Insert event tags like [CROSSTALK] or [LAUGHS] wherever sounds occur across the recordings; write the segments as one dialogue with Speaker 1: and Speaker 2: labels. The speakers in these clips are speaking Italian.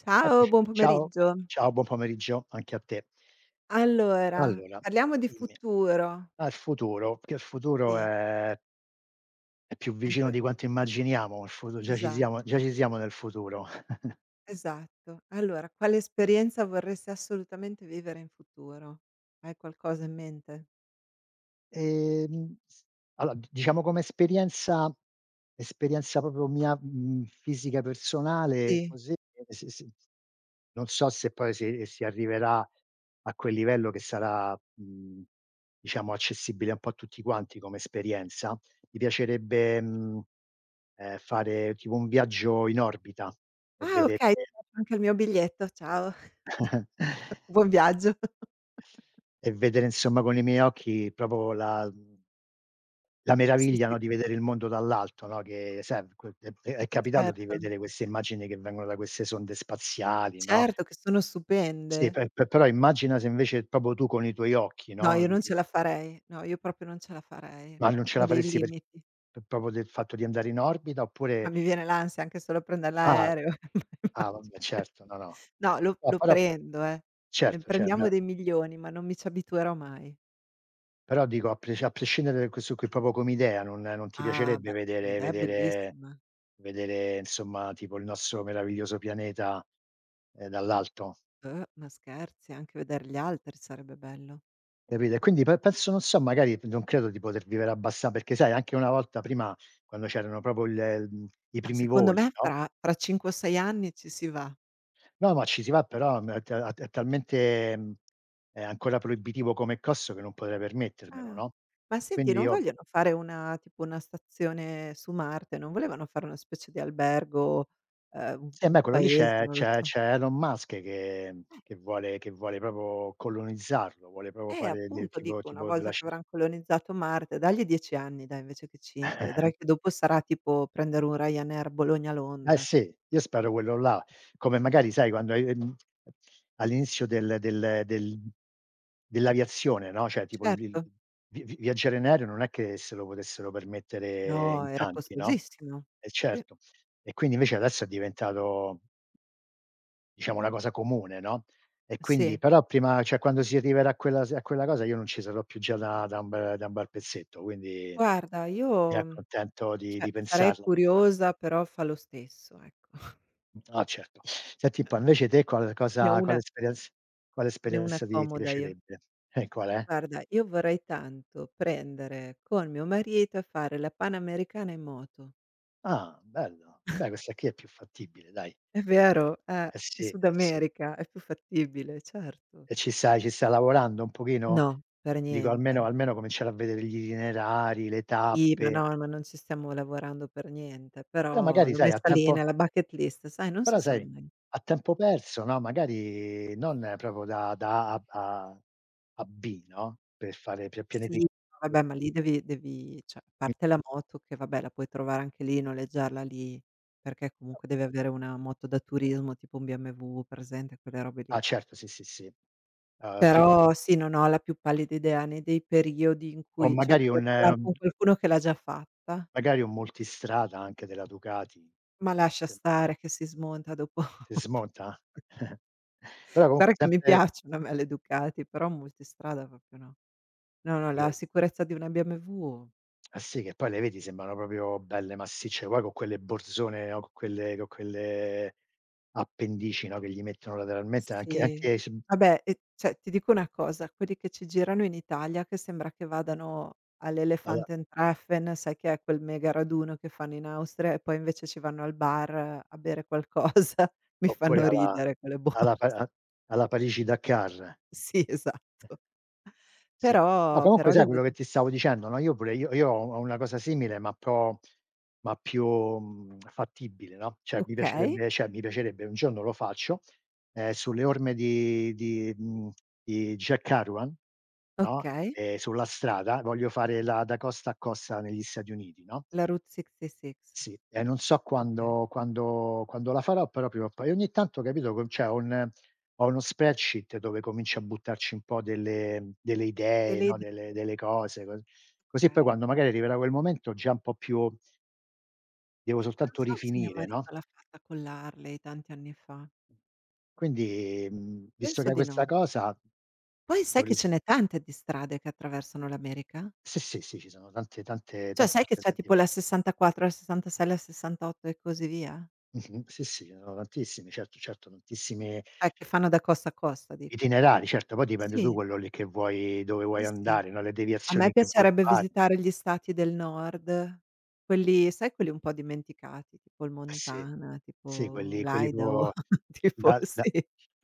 Speaker 1: Ciao,
Speaker 2: Eccoci
Speaker 1: buon
Speaker 2: qui. Ciao,
Speaker 1: pomeriggio.
Speaker 2: ciao, buon pomeriggio anche a te.
Speaker 1: Allora,
Speaker 2: Allora,
Speaker 1: parliamo di
Speaker 2: dimmi,
Speaker 1: futuro.
Speaker 2: al futuro, che il futuro
Speaker 1: Sì,
Speaker 2: è più
Speaker 1: un
Speaker 2: vicino
Speaker 1: po'
Speaker 2: di quanto immaginiamo, il futu già ci siamo
Speaker 1: esatto,
Speaker 2: già ci siamo nel futuro. [LAUGHS]
Speaker 1: esatto. Allora, quale esperienza vorresti assolutamente vivere in futuro? Hai qualcosa in mente?
Speaker 2: S allora d diciamo come esperienza esperienza proprio mia, mhmm, fisica personale
Speaker 1: Sì.
Speaker 2: così, s s non so se poi si arriverà a quel livello che sarà, mhmm, diciamo accessibile un po' a tutti quanti come esperienza. Mi piacerebbe, fare tipo un viaggio in orbita e
Speaker 1: Ah
Speaker 2: vedere
Speaker 1: okay, ti faccio anche il mio biglietto, ciao. [LAUGHS]
Speaker 2: [LAUGHS]
Speaker 1: Buon viaggio. [LAUGHS]
Speaker 2: e vedere insomma con i miei occhi proprio la mhmm la
Speaker 1: Sì,
Speaker 2: meraviglia,
Speaker 1: sì,
Speaker 2: no, di vedere il mondo dall'alto, no, che sai que è capitato di
Speaker 1: certo.
Speaker 2: vedere queste immagini che vengono da queste sonde spaziali, no,
Speaker 1: Certo che sono
Speaker 2: sì,
Speaker 1: stupende.
Speaker 2: pe pe però immagina se invece proprio tu con i tuoi occhi,
Speaker 1: No,
Speaker 2: no,
Speaker 1: io
Speaker 2: i
Speaker 1: non ce la farei. No, io proprio non ce la farei.
Speaker 2: ma non ce
Speaker 1: Ho
Speaker 2: la
Speaker 1: dei
Speaker 2: faresti perch
Speaker 1: limiti.
Speaker 2: p proprio del fatto di andare in orbita
Speaker 1: Ma
Speaker 2: oppure
Speaker 1: mi viene l'ansia anche solo a prendere
Speaker 2: ah,
Speaker 1: l'aereo.
Speaker 2: ah vabbè
Speaker 1: [LAUGHS]
Speaker 2: certo, no, no.
Speaker 1: No, lo
Speaker 2: No,
Speaker 1: lo
Speaker 2: però p
Speaker 1: prendo, eh. Ne
Speaker 2: certo, cioè
Speaker 1: prendiamo
Speaker 2: beh
Speaker 1: dei milioni, ma non mi ci abituerò mai.
Speaker 2: però dico a prescindere da questo qui, proprio come idea, non ti
Speaker 1: Ah,
Speaker 2: piacerebbe
Speaker 1: beh, come
Speaker 2: vedere
Speaker 1: idea è
Speaker 2: vedere
Speaker 1: bellissima.
Speaker 2: vedere insomma tipo il nostro meraviglioso pianeta, dall'alto,
Speaker 1: Ma scherzi, anche veder gli altri sarebbe bello.
Speaker 2: capito? E quindi pe penso, non so, magari non credo di poter vivere abbassa perché sai anche una volta prima quando c'erano proprio il i
Speaker 1: Ma
Speaker 2: primi
Speaker 1: secondo
Speaker 2: voli,
Speaker 1: me
Speaker 2: no,
Speaker 1: fra 5 o 6 anni ci si va.
Speaker 2: no, ma ci si va però m è ta è talmente, mhmm, è ancora proibitivo come costo che non potrei permettermelo,
Speaker 1: Ah.
Speaker 2: no,
Speaker 1: Ma senti,
Speaker 2: quindi
Speaker 1: non
Speaker 2: io
Speaker 1: vogliono fare una tipo una stazione su Marte? Non volevano fare una specie di albergo, un
Speaker 2: eh beh,
Speaker 1: un
Speaker 2: quello lì
Speaker 1: paese,
Speaker 2: c'è
Speaker 1: non lo
Speaker 2: c'è
Speaker 1: so.
Speaker 2: c'è Elon Musk che che vuole proprio colonizzarlo, vuole proprio fare del
Speaker 1: Appunto
Speaker 2: tipo
Speaker 1: dico, una
Speaker 2: tipo
Speaker 1: volta
Speaker 2: della
Speaker 1: che
Speaker 2: ci
Speaker 1: avran colonizzato Marte, dagli 10 anni dai invece che 5, vedrai che
Speaker 2: [LAUGHS]
Speaker 1: dopo sarà tipo prendere un Ryanair
Speaker 2: eh
Speaker 1: Bologna-Londra.
Speaker 2: sì, io spero quello là. Come magari sai quando hai all'inizio del dell'aviazione, no, cioè tipo il
Speaker 1: Certo.
Speaker 2: vi vi viaggiare in aereo non è che se lo potessero permettere
Speaker 1: No,
Speaker 2: in
Speaker 1: era
Speaker 2: tanti, no?
Speaker 1: costosissimo.
Speaker 2: Eh
Speaker 1: Sì,
Speaker 2: certo. E quindi invece adesso è diventato diciamo una cosa comune, no, e quindi
Speaker 1: sì.
Speaker 2: però prima cioè quando si arriverà a quella s a quella cosa io non ci sarò più già da un bel da un bel pezzetto, quindi
Speaker 1: Guarda io,
Speaker 2: mi accontento
Speaker 1: cioè
Speaker 2: di
Speaker 1: sarei
Speaker 2: pensarla questa cosa.
Speaker 1: curiosa però fa lo stesso, ecco. [LAUGHS]
Speaker 2: Ah certo. Senti un po', invece te qual
Speaker 1: Ne ho
Speaker 2: cosa quale
Speaker 1: una
Speaker 2: esperienz quale
Speaker 1: Ne ho una
Speaker 2: esperienza ti
Speaker 1: comoda io.
Speaker 2: piacerebbe? Qual è?
Speaker 1: Guarda, io vorrei tanto prendere con mio marito e fare la Panamericana in moto.
Speaker 2: Ah, bello. Vabbè questa qui è più fattibile dai.
Speaker 1: È vero,
Speaker 2: Eh
Speaker 1: in
Speaker 2: sì, eh
Speaker 1: Sud
Speaker 2: sì.
Speaker 1: America è più fattibile, certo.
Speaker 2: E ci stai lavorando un pochino?
Speaker 1: No, per
Speaker 2: Dico
Speaker 1: niente.
Speaker 2: almeno almeno cominciare a vedere gli itinerari, le
Speaker 1: Sì, ma
Speaker 2: tappe,
Speaker 1: no, ma non ci stiamo lavorando per niente,
Speaker 2: però
Speaker 1: però
Speaker 2: magari
Speaker 1: l'ho
Speaker 2: sai a
Speaker 1: messa lì
Speaker 2: tempo
Speaker 1: nella bucket list, sai, non si
Speaker 2: però
Speaker 1: sa
Speaker 2: sai,
Speaker 1: mai.
Speaker 2: a tempo perso, no, magari non proprio da da A a a B, no, per fare per pianifi
Speaker 1: Sì,
Speaker 2: [LAUGHS]
Speaker 1: vabbè, ma lì devi cioè, a parte
Speaker 2: [UNINTELLIGIBLE]
Speaker 1: la moto che vabbè la puoi trovare anche lì, noleggiarla lì, perché comunque devi avere una moto da turismo, tipo un BMW, presente quelle robe lì.
Speaker 2: ah certo, sì, sì, sì. Tipo
Speaker 1: Però sì, non ho la più pallida idea né dei periodi in
Speaker 2: o
Speaker 1: cui cioè
Speaker 2: magari
Speaker 1: dovrei parlar
Speaker 2: un
Speaker 1: con qualcuno che l'ha già fatta,
Speaker 2: magari un multistrada anche della Ducati,
Speaker 1: ma lascia
Speaker 2: [UNINTELLIGIBLE]
Speaker 1: stare che si smonta dopo [LAUGHS]
Speaker 2: si
Speaker 1: un po'.
Speaker 2: smonta? [LAUGHS] però
Speaker 1: Guarda
Speaker 2: comunque
Speaker 1: che mi
Speaker 2: sempre
Speaker 1: piacciono a me le Ducati, però multistrada proprio no. No, no, la
Speaker 2: sì,
Speaker 1: sicurezza di una BMW,
Speaker 2: eh sì, che poi le vedi sembrano proprio belle massicce, poi con quelle borzone o con quelle appendici, no, che gli mettono lateralmente anche
Speaker 1: sì.
Speaker 2: anche s
Speaker 1: Vabbè, e cioè ti dico una cosa, quelli che ci girano in Italia che sembra che vadano
Speaker 2: alla
Speaker 1: all'Elefanten-Treffen, sai che è quel mega raduno che fanno in Austria e poi invece ci vanno al bar a bere qualcosa, [LAUGHS] mi
Speaker 2: oppure
Speaker 1: fanno
Speaker 2: alla
Speaker 1: ridere quelle borse.
Speaker 2: alla pa a alla Parigi-Dakar. [LAUGHS]
Speaker 1: Sì, esatto.
Speaker 2: Sì. No,
Speaker 1: Però però
Speaker 2: comunque sai
Speaker 1: devo
Speaker 2: quello che
Speaker 1: di
Speaker 2: ti stavo dicendo, no, io pure io ho ho una cosa simile, ma pro ma più, mhmm, fattibile, no,
Speaker 1: okay,
Speaker 2: cioè mi piacerebbe un giorno lo faccio, sulle orme di di Jack Kerouan, no,
Speaker 1: okay,
Speaker 2: sulla strada, voglio fare la da costa a costa negli Stati Uniti, no?
Speaker 1: la Route 66,
Speaker 2: Sì, e non so
Speaker 1: okay.
Speaker 2: quando la farò, però prima o poi. Ogni tanto capito co c'è un ho uno spreadsheet dove comincio a buttarci un po' delle delle idee,
Speaker 1: Delle
Speaker 2: no,
Speaker 1: ide
Speaker 2: delle delle cose, co così poi
Speaker 1: okay.
Speaker 2: quando magari arriverà quel momento già un po' più devo
Speaker 1: Non
Speaker 2: soltanto
Speaker 1: so se mio
Speaker 2: rifinire, no,
Speaker 1: marito l'ha fatta con l'Harley tanti anni fa,
Speaker 2: quindi, visto che
Speaker 1: penso
Speaker 2: hai
Speaker 1: di
Speaker 2: questa
Speaker 1: no.
Speaker 2: cosa
Speaker 1: Poi sai che ce
Speaker 2: dovresti
Speaker 1: n'è tante di strade che attraversano l'America?
Speaker 2: sì, sì, sì, ci sono tante tante
Speaker 1: Cioè
Speaker 2: tante
Speaker 1: sai che c'è tipo
Speaker 2: alternative.
Speaker 1: la 64, la 66, la 68 e così via?
Speaker 2: Mh-mh. Sì, sì, ce ne sono tantissime, certo, certo, tantissime
Speaker 1: Che fanno da costa a costa dico.
Speaker 2: itinerari, certo, poi dipende tu
Speaker 1: Sì,
Speaker 2: quello lì che vuoi dove
Speaker 1: sì,
Speaker 2: vuoi
Speaker 1: sì.
Speaker 2: andare, no, le
Speaker 1: A me
Speaker 2: deviazioni che vuoi
Speaker 1: piacerebbe
Speaker 2: fare.
Speaker 1: visitare gli stati del nord, quelli sai quelli un po' dimenticati, tipo il
Speaker 2: Eh sì,
Speaker 1: Montana,
Speaker 2: sì,
Speaker 1: tipo
Speaker 2: quelli quelli
Speaker 1: l'Idaho,
Speaker 2: proprio
Speaker 1: [LAUGHS] tipo
Speaker 2: la la
Speaker 1: sì,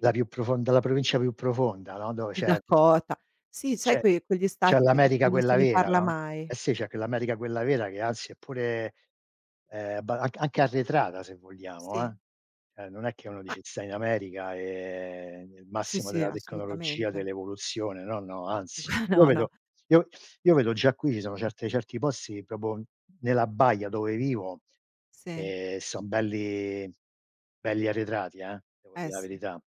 Speaker 2: la più profonda la provincia più profonda, no, dove
Speaker 1: il
Speaker 2: c'è
Speaker 1: Dakota. Sì, sai
Speaker 2: c'è
Speaker 1: quei quegli
Speaker 2: c'è
Speaker 1: stati che di cui
Speaker 2: l'America
Speaker 1: non se
Speaker 2: quella
Speaker 1: ne
Speaker 2: vera,
Speaker 1: parla
Speaker 2: no.
Speaker 1: mai.
Speaker 2: Eh sì, c'è che l'America quella vera che anzi è pure, abba anc anche arretrata se vogliamo,
Speaker 1: Sì,
Speaker 2: eh. Cioè non è che uno
Speaker 1: ma
Speaker 2: dice: "Stai in America e nel
Speaker 1: sì,
Speaker 2: massimo
Speaker 1: sì,
Speaker 2: della tecnologia,
Speaker 1: assolutamente.
Speaker 2: dell'evoluzione", no, no,
Speaker 1: [LAUGHS]
Speaker 2: anzi.
Speaker 1: Gua
Speaker 2: Io
Speaker 1: no, no,
Speaker 2: vedo io Io vedo già qui ci sono certe certi posti proprio nella baia dove vivo,
Speaker 1: sì,
Speaker 2: son belli belli arretrati, devo
Speaker 1: eh
Speaker 2: dire la
Speaker 1: sì.
Speaker 2: verità.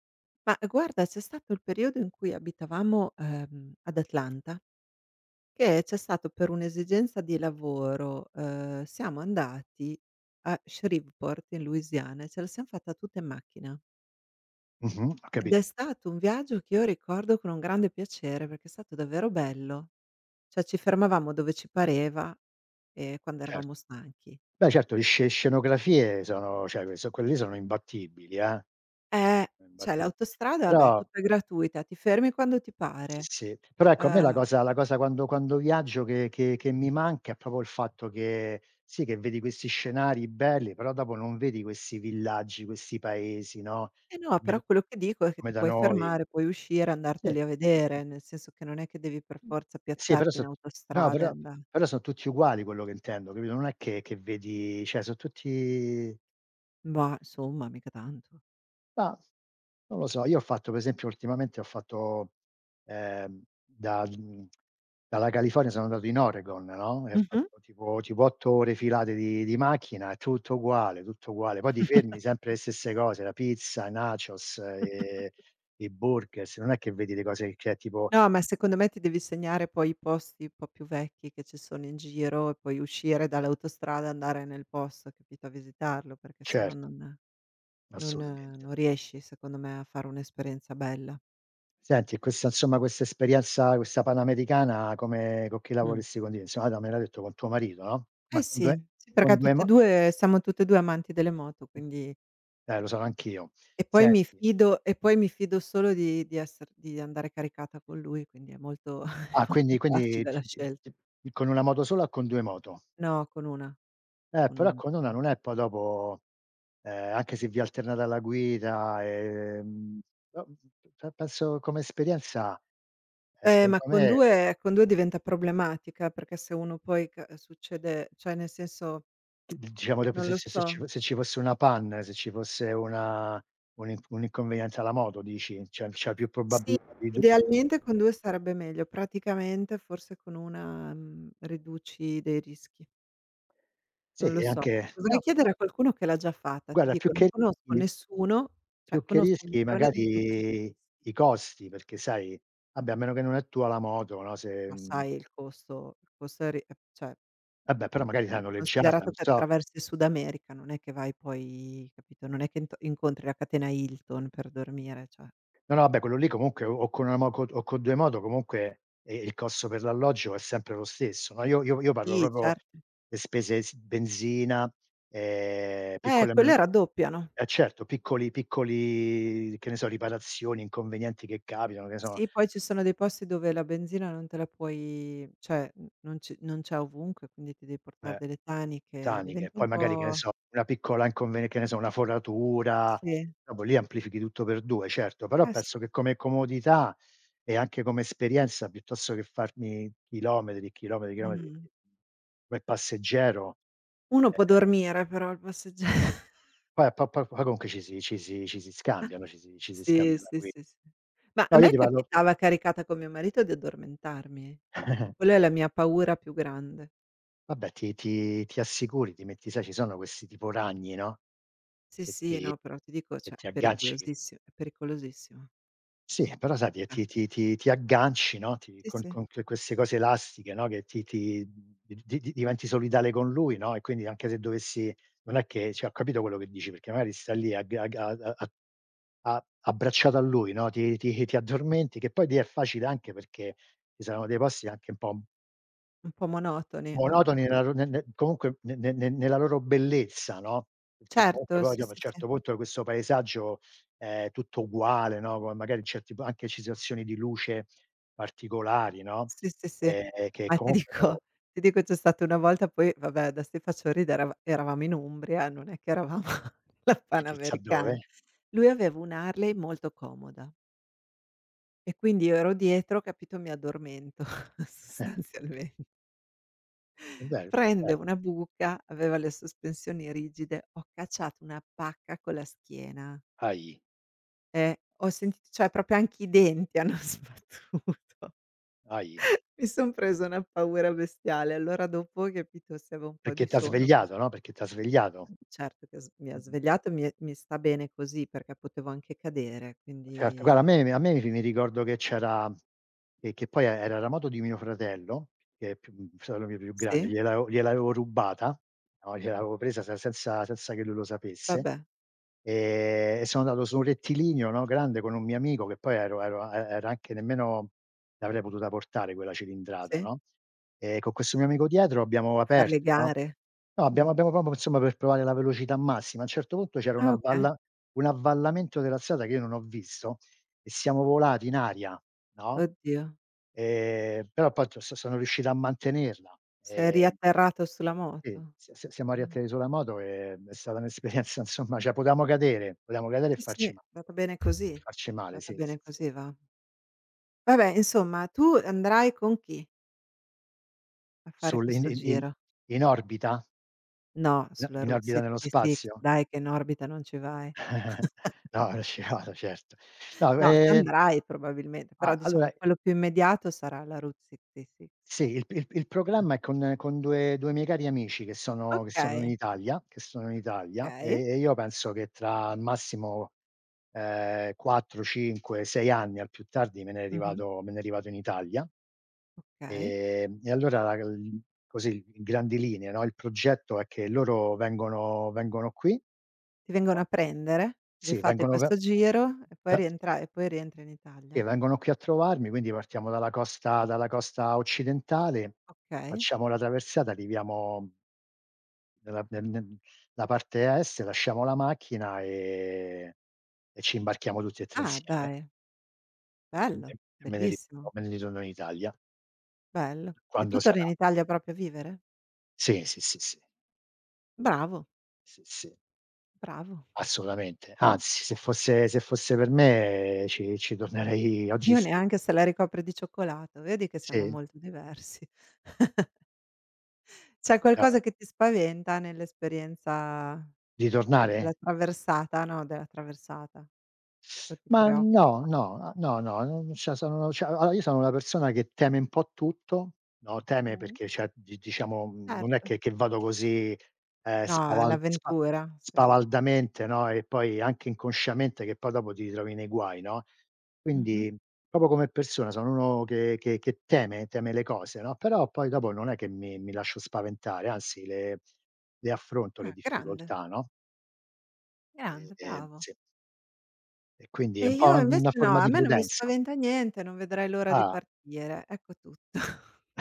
Speaker 1: Ma guarda, c'è stato il periodo in cui abitavamo, ad Atlanta, che c'è stato per un'esigenza di lavoro, siamo andati a Shreveport in Louisiana e ce la siam fatta tutta in macchina.
Speaker 2: Mh-mh, ho
Speaker 1: Ed è
Speaker 2: capito,
Speaker 1: stato un viaggio che io ricordo con un grande piacere, perché è stato davvero bello. Cioè ci fermavamo dove ci pareva, quando
Speaker 2: certo.
Speaker 1: eravamo stanchi.
Speaker 2: Beh certo, le sce scenografie sono cioè que so quelle lì sono imbattibili,
Speaker 1: Eh,
Speaker 2: sono
Speaker 1: cioè
Speaker 2: imbatti
Speaker 1: l'autostrada vabbè è
Speaker 2: però
Speaker 1: tutta gratuita, ti fermi quando ti
Speaker 2: sì,
Speaker 1: pare.
Speaker 2: sì. Però ecco a me
Speaker 1: Ehm,
Speaker 2: la cosa quando viaggio che mi manca è proprio il fatto che sì, che vedi questi scenari belli, però dopo non vedi questi villaggi, questi paesi, no,
Speaker 1: eh no,
Speaker 2: come d
Speaker 1: però quello che dico è che
Speaker 2: come
Speaker 1: ti
Speaker 2: da
Speaker 1: puoi
Speaker 2: noi.
Speaker 1: fermare, puoi uscire,
Speaker 2: Sì,
Speaker 1: andarteli a
Speaker 2: sì, sì.
Speaker 1: vedere, nel senso che non è che devi per forza
Speaker 2: Sì, però
Speaker 1: piazzarti in
Speaker 2: so no,
Speaker 1: autostrada e
Speaker 2: però
Speaker 1: anda
Speaker 2: però son tutti uguali quello che intendo, capito, non è che vedi cioè, son tutti
Speaker 1: mah, insomma mica tanto.
Speaker 2: mah, non lo so, io ho fatto per esempio ultimamente ho fatto, da dalla California sono andato in Oregon, no, e ho
Speaker 1: Mh-mh.
Speaker 2: fatto tipo tipo 8 ore filate di macchina, è tutto uguale, tutto uguale. Poi ti fermi sempre le stesse cose, la pizza, i nachos, i burgers, non è che vedi le cose che è tipo
Speaker 1: No, ma secondo me ti devi segnare poi i posti un po' più vecchi che ci sono in giro e poi uscire dall'autostrada e andare nel posto, capito, a visitarlo, perché se no
Speaker 2: certo,
Speaker 1: non non
Speaker 2: assolutamente.
Speaker 1: non riesci secondo me a fare un'esperienza bella.
Speaker 2: Senti, e questa insomma questa esperienza, questa panamericana come con chi la
Speaker 1: Mh.
Speaker 2: vorresti condividere? Insomma, tu me l'hai detto con tuo marito, no?
Speaker 1: Eh
Speaker 2: Ma con
Speaker 1: sì,
Speaker 2: 2
Speaker 1: sì perché
Speaker 2: con 2
Speaker 1: tutti e
Speaker 2: mo
Speaker 1: 2 siamo tutte e 2 amanti delle moto,
Speaker 2: mh.
Speaker 1: quindi
Speaker 2: Lo sono anch'io.
Speaker 1: e
Speaker 2: Senti
Speaker 1: poi mi fido solo di esser di andare caricata con lui, quindi è molto [LAUGHS] è
Speaker 2: ah,
Speaker 1: molto
Speaker 2: quindi quindi
Speaker 1: facile la
Speaker 2: ti ti
Speaker 1: scelta.
Speaker 2: ti con una moto sola o con 2 moto?
Speaker 1: No, con 1, con
Speaker 2: Però
Speaker 1: 1,
Speaker 2: con
Speaker 1: con
Speaker 2: una
Speaker 1: 1.
Speaker 2: non è poi dopo anche se vi alternate alla guida, no, pe penso come esperienza,
Speaker 1: Ma
Speaker 2: secondo
Speaker 1: con
Speaker 2: me,
Speaker 1: 2 con 2 diventa problematica, perché se uno poi ca succede cioè nel senso,
Speaker 2: d diciamo dopo
Speaker 1: non
Speaker 2: se
Speaker 1: lo
Speaker 2: se se
Speaker 1: so.
Speaker 2: ci se ci fosse una panne, se ci fosse una un in un inconveniente alla moto dici, c'è più
Speaker 1: Sì,
Speaker 2: probabilità di du
Speaker 1: idealmente con 2 sarebbe meglio, praticamente forse con 1, riduci dei rischi.
Speaker 2: sì,
Speaker 1: Non lo
Speaker 2: e
Speaker 1: so.
Speaker 2: anche
Speaker 1: Dovrai
Speaker 2: no,
Speaker 1: chiedere a qualcuno che l'ha già fatta. Ti
Speaker 2: guarda più
Speaker 1: dico, non
Speaker 2: che
Speaker 1: conosco nessuno, cioè
Speaker 2: più che
Speaker 1: conosco
Speaker 2: rischi
Speaker 1: 1.000.000 di
Speaker 2: magari
Speaker 1: motociclisti,
Speaker 2: i costi, perché sai vabbè a meno che non è tua la moto, no, se
Speaker 1: ma sai il costo è ri cioè, mhmm,
Speaker 2: vabbè però magari sai noleggiarla,
Speaker 1: considerato
Speaker 2: non
Speaker 1: che
Speaker 2: so.
Speaker 1: attraversi il Sud America, non è che vai poi capito, non è che int incontri la catena Hilton per dormire, cioè.
Speaker 2: No, no, vabbè quello lì comunque o con una moco o con 2 moto comunque, il costo per l'alloggio è sempre lo stesso, no, io parlo
Speaker 1: Sì,
Speaker 2: proprio
Speaker 1: certo.
Speaker 2: le spese s benzina, piccole
Speaker 1: Quelle
Speaker 2: man
Speaker 1: raddoppiano.
Speaker 2: eh certo, piccoli piccoli, che ne so, riparazioni, inconvenienti che capitano, che ne so
Speaker 1: Sì, poi ci sono dei posti dove la benzina non te la puoi cioè, n non c non c'è ovunque, quindi ti devi portare
Speaker 2: eh,
Speaker 1: delle taniche,
Speaker 2: taniche,
Speaker 1: diventa un
Speaker 2: poi magari che ne
Speaker 1: po'
Speaker 2: so, una piccola inconvene che ne so, una foratura,
Speaker 1: sì.
Speaker 2: dopo lì amplifichi tutto per 2 certo, però
Speaker 1: Eh sì.
Speaker 2: penso che come comodità e anche come esperienza piuttosto che farmi chilometri e chilometri e chilometri
Speaker 1: Mh.
Speaker 2: come passeggero,
Speaker 1: Uno può
Speaker 2: ehm,
Speaker 1: dormire però al passeggia [LAUGHS]
Speaker 2: poi po po poi comunque ci si scambiano, ci si
Speaker 1: Sì,
Speaker 2: scambia la
Speaker 1: sì,
Speaker 2: guida.
Speaker 1: sì, sì. Ma a
Speaker 2: No, io
Speaker 1: me
Speaker 2: ti parlo
Speaker 1: capitava caricata con mio marito di addormentarmi, eh. Cioè
Speaker 2: [LAUGHS]
Speaker 1: quella è la mia paura più grande.
Speaker 2: vabbè ti assicuri, ti metti sai ci sono questi tipo ragni, no,
Speaker 1: Sì,
Speaker 2: che
Speaker 1: sì,
Speaker 2: ti
Speaker 1: no, però ti dico,
Speaker 2: che
Speaker 1: cioè è
Speaker 2: ti agganci che
Speaker 1: pericolosissi è pericolosissimo.
Speaker 2: sì, però sai ti
Speaker 1: Eh.
Speaker 2: ti ti ti ti agganci, no, ti
Speaker 1: Sì, sì,
Speaker 2: con que queste cose elastiche, no, che ti ti di diventi solidale con lui, no, e quindi anche se dovessi non è che cioè ho capito quello che dici, perché magari sta lì agg agg a a a abbracciato a lui, no, ti addormenti, che poi lì è facile anche perché ci saranno dei posti anche un po'
Speaker 1: un po' monotoni. Mh-mh.
Speaker 2: monotoni nella ro ne ne comunque ne ne ne nella loro bellezza, no, perché comunque
Speaker 1: Certo,
Speaker 2: poi
Speaker 1: sì,
Speaker 2: dopo a un
Speaker 1: sì, sì.
Speaker 2: certo punto questo paesaggio è tutto uguale, no, poi magari certi po anche situazioni di luce particolari, no,
Speaker 1: Sì, sì, sì.
Speaker 2: che
Speaker 1: Ma ti
Speaker 2: comunque
Speaker 1: dico
Speaker 2: dopo
Speaker 1: ti dico c'è stata una volta poi vabbè adesso ti faccio ridere, ava eravamo in Umbria, non è che eravamo [LAUGHS] alla
Speaker 2: chissà
Speaker 1: Panamericana.
Speaker 2: dove.
Speaker 1: Lui aveva un'Harley molto comoda e quindi io ero dietro, capito, mi addormento [LAUGHS] sostanzialmente.
Speaker 2: Bello,
Speaker 1: Prende
Speaker 2: bello.
Speaker 1: una buca, aveva le sospensioni rigide, ho cacciato una pacca con la schiena,
Speaker 2: Ahi,
Speaker 1: ho sentito cioè proprio anche i denti hanno [LAUGHS] sbattuto.
Speaker 2: ahi.
Speaker 1: Mi son presa una paura bestiale. Allora dopo, capito, se avevo un po'
Speaker 2: Perché
Speaker 1: di
Speaker 2: t'ha
Speaker 1: sonno così
Speaker 2: svegliato, no, perché t'ha svegliato.
Speaker 1: certo che s mi ha
Speaker 2: Mh-mh.
Speaker 1: svegliato, mi è mi sta bene così perché potevo anche cadere,
Speaker 2: Certo, guarda a
Speaker 1: quindi
Speaker 2: me a me mi ricordo che c'era che poi era la moto di mio fratello, che è più fratello mio più grande,
Speaker 1: sì?
Speaker 2: gliel'avevo rubata, no, gliel'avevo presa se senza che lui lo sapesse,
Speaker 1: Vabbè,
Speaker 2: e sono andato su un rettilineo, no, grande con un mio amico che poi ero e era anche nemmeno l'avrei potuta portare quella cilindrata,
Speaker 1: sì.
Speaker 2: no, e con questo mio amico dietro abbiamo
Speaker 1: Far le
Speaker 2: aperto, no,
Speaker 1: gare.
Speaker 2: no abbiamo
Speaker 1: Mh.
Speaker 2: abbiamo proprio insomma per provare la velocità massima. A un certo punto c'era una
Speaker 1: Ah okay.
Speaker 2: valla un avvallamento della strada che io non ho visto e siamo volati in aria, no,
Speaker 1: Oddio,
Speaker 2: però poi t so sono riuscito a mantenerla.
Speaker 1: sei
Speaker 2: Ehm,
Speaker 1: riatterrato sulla
Speaker 2: sì,
Speaker 1: moto.
Speaker 2: sia siamo
Speaker 1: Mh.
Speaker 2: arrivati a sulla moto e è stata un'esperienza [LAUGHS] insomma, cioè potevamo cadere e
Speaker 1: Sì, sì,
Speaker 2: farci
Speaker 1: è
Speaker 2: ma
Speaker 1: andata bene così.
Speaker 2: e
Speaker 1: È
Speaker 2: farci male,
Speaker 1: andata
Speaker 2: sì,
Speaker 1: bene
Speaker 2: sì, sì.
Speaker 1: così, va. Vabbè, insomma, tu andrai con chi a fare
Speaker 2: Sul in
Speaker 1: questo
Speaker 2: in in
Speaker 1: giro?
Speaker 2: in orbita?
Speaker 1: No,
Speaker 2: In
Speaker 1: sulla
Speaker 2: in
Speaker 1: Route
Speaker 2: orbita nello
Speaker 1: 66
Speaker 2: spazio?
Speaker 1: dai che in orbita non ci vai.
Speaker 2: [LAUGHS] No, una scivolata certo. No,
Speaker 1: No, ci andrai probabilmente, però
Speaker 2: a
Speaker 1: diciamo
Speaker 2: allora
Speaker 1: quello più immediato sarà la Route 66.
Speaker 2: sì, il programma è con 2 2 miei cari amici che sono che Okay. sono in
Speaker 1: Okay,
Speaker 2: Italia che sono in Italia,
Speaker 1: okay.
Speaker 2: e io penso che tra al massimo, 4, 5, 6 anni al più tardi
Speaker 1: Mh-mh.
Speaker 2: me ne rivato in Italia.
Speaker 1: Okay.
Speaker 2: E allora il così in grandi linee, no, il progetto è che loro vengono qui
Speaker 1: Ti vengono a prendere, vi
Speaker 2: sì,
Speaker 1: fate
Speaker 2: vengono ve
Speaker 1: questo giro e poi
Speaker 2: ve
Speaker 1: rientra e poi rientri in
Speaker 2: sì,
Speaker 1: Italia?
Speaker 2: vengono qui a trovarmi, quindi partiamo dalla costa occidentale,
Speaker 1: Okay.
Speaker 2: facciamo la traversata, arriviamo nella nel nel la parte est, lasciamo la macchina e ci imbarchiamo tutti e 3
Speaker 1: Ah
Speaker 2: insieme
Speaker 1: dai,
Speaker 2: e m
Speaker 1: bello,
Speaker 2: e me ne
Speaker 1: bellissimo,
Speaker 2: ritorno me ne ritorno in Italia,
Speaker 1: bello. E tu
Speaker 2: quando
Speaker 1: torni
Speaker 2: sarà.
Speaker 1: in Italia proprio a vivere?
Speaker 2: Sì, sì, sì, sì,
Speaker 1: Bravo,
Speaker 2: sì, sì,
Speaker 1: bravo.
Speaker 2: assolutamente. Anzi, se fosse per me ci tornerei oggi
Speaker 1: Io
Speaker 2: stesso.
Speaker 1: neanche se la ricopre di cioccolato, vedi che siamo
Speaker 2: Sì,
Speaker 1: molto diversi. [LAUGHS] C'è
Speaker 2: no,
Speaker 1: qualcosa che ti spaventa nell'esperienza
Speaker 2: di
Speaker 1: della
Speaker 2: tornare?
Speaker 1: traversata no, della traversata, o ti
Speaker 2: Ma no,
Speaker 1: preoccupa?
Speaker 2: no, a no, no, non cioè sono cioè allora io sono una persona che teme un po' tutto, no, teme
Speaker 1: Mh,
Speaker 2: perché cioè di diciamo, non è
Speaker 1: certo.
Speaker 2: che vado così,
Speaker 1: No, è
Speaker 2: spaval spa
Speaker 1: l'avventura, sì.
Speaker 2: spavaldamente, no, e poi anche inconsciamente che poi dopo ti trovi nei guai, no,
Speaker 1: Mh-mh.
Speaker 2: quindi proprio come persona sono uno che teme le cose, no, però poi dopo non è che mi lascio spaventare, anzi le affronto le
Speaker 1: Ah, grande,
Speaker 2: difficoltà, no, e
Speaker 1: grande, bravo.
Speaker 2: sì, e quindi
Speaker 1: E
Speaker 2: è un po'
Speaker 1: io invece
Speaker 2: una
Speaker 1: no,
Speaker 2: forma
Speaker 1: a
Speaker 2: di
Speaker 1: me non mi
Speaker 2: prudenza.
Speaker 1: spaventa niente, non vedrai l'ora di
Speaker 2: Ah,
Speaker 1: partire, ecco tutto. [LAUGHS]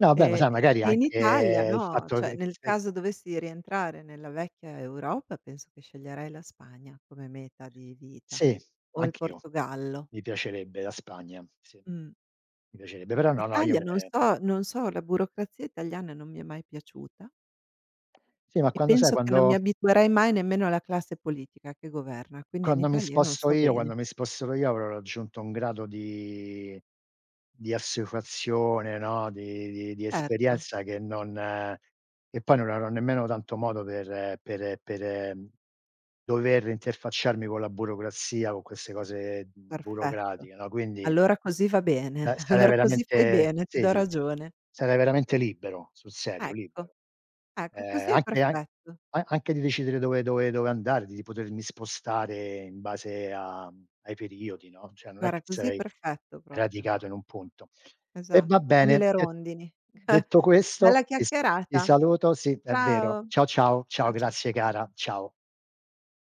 Speaker 2: no vabbè, ma
Speaker 1: E
Speaker 2: sai magari
Speaker 1: e in Italia
Speaker 2: anche il
Speaker 1: no,
Speaker 2: fatto
Speaker 1: cioè
Speaker 2: che
Speaker 1: nel
Speaker 2: se
Speaker 1: caso dovessi rientrare nella vecchia Europa, penso che sceglierei la Spagna come meta di vita
Speaker 2: sì,
Speaker 1: o il
Speaker 2: anch'io,
Speaker 1: Portogallo.
Speaker 2: mi piacerebbe la Spagna, sì.
Speaker 1: Mh.
Speaker 2: Mi piacerebbe, però no, no, io
Speaker 1: L'Italia
Speaker 2: me ne
Speaker 1: non so, la burocrazia italiana non mi è mai piaciuta
Speaker 2: sì, ma
Speaker 1: e
Speaker 2: quando sai,
Speaker 1: penso che non mi
Speaker 2: quando
Speaker 1: abituerei mai nemmeno alla classe politica che governa, quindi in
Speaker 2: quando mi
Speaker 1: Italia io non
Speaker 2: sposto
Speaker 1: sto
Speaker 2: io
Speaker 1: bene.
Speaker 2: quando mi sposterò io avrò raggiunto un grado di assuefazione, no, di
Speaker 1: Certo,
Speaker 2: esperienza che non che poi non avrò nemmeno tanto modo per mm, dover interfacciarmi con la burocrazia, con queste cose
Speaker 1: perfetto.
Speaker 2: burocratiche, no, quindi
Speaker 1: Allora così va
Speaker 2: eh,
Speaker 1: bene, [LAUGHS]
Speaker 2: sarai
Speaker 1: allora così fai
Speaker 2: veramente
Speaker 1: bene, ti
Speaker 2: sì,
Speaker 1: do
Speaker 2: sì, sì.
Speaker 1: ragione.
Speaker 2: Sarai veramente libero, sul serio,
Speaker 1: Ecco,
Speaker 2: libero.
Speaker 1: ecco così è
Speaker 2: Anche an
Speaker 1: perfetto.
Speaker 2: a anche di decidere dove andare, di potermi spostare in base a ai periodi, no, cioè non è
Speaker 1: Guarda,
Speaker 2: che
Speaker 1: così è
Speaker 2: sarei
Speaker 1: perfetto proprio.
Speaker 2: radicato in un punto. E va
Speaker 1: Esatto, come
Speaker 2: bene,
Speaker 1: le
Speaker 2: de
Speaker 1: rondini.
Speaker 2: detto
Speaker 1: [LAUGHS] Bella
Speaker 2: questo, ti s ti
Speaker 1: chiacchierata.
Speaker 2: saluto, sì, è vero.
Speaker 1: Ciao.
Speaker 2: Ciao, ciao, ciao,
Speaker 1: Ciao, ciao,
Speaker 2: grazie
Speaker 1: ciao.
Speaker 2: cara, ciao.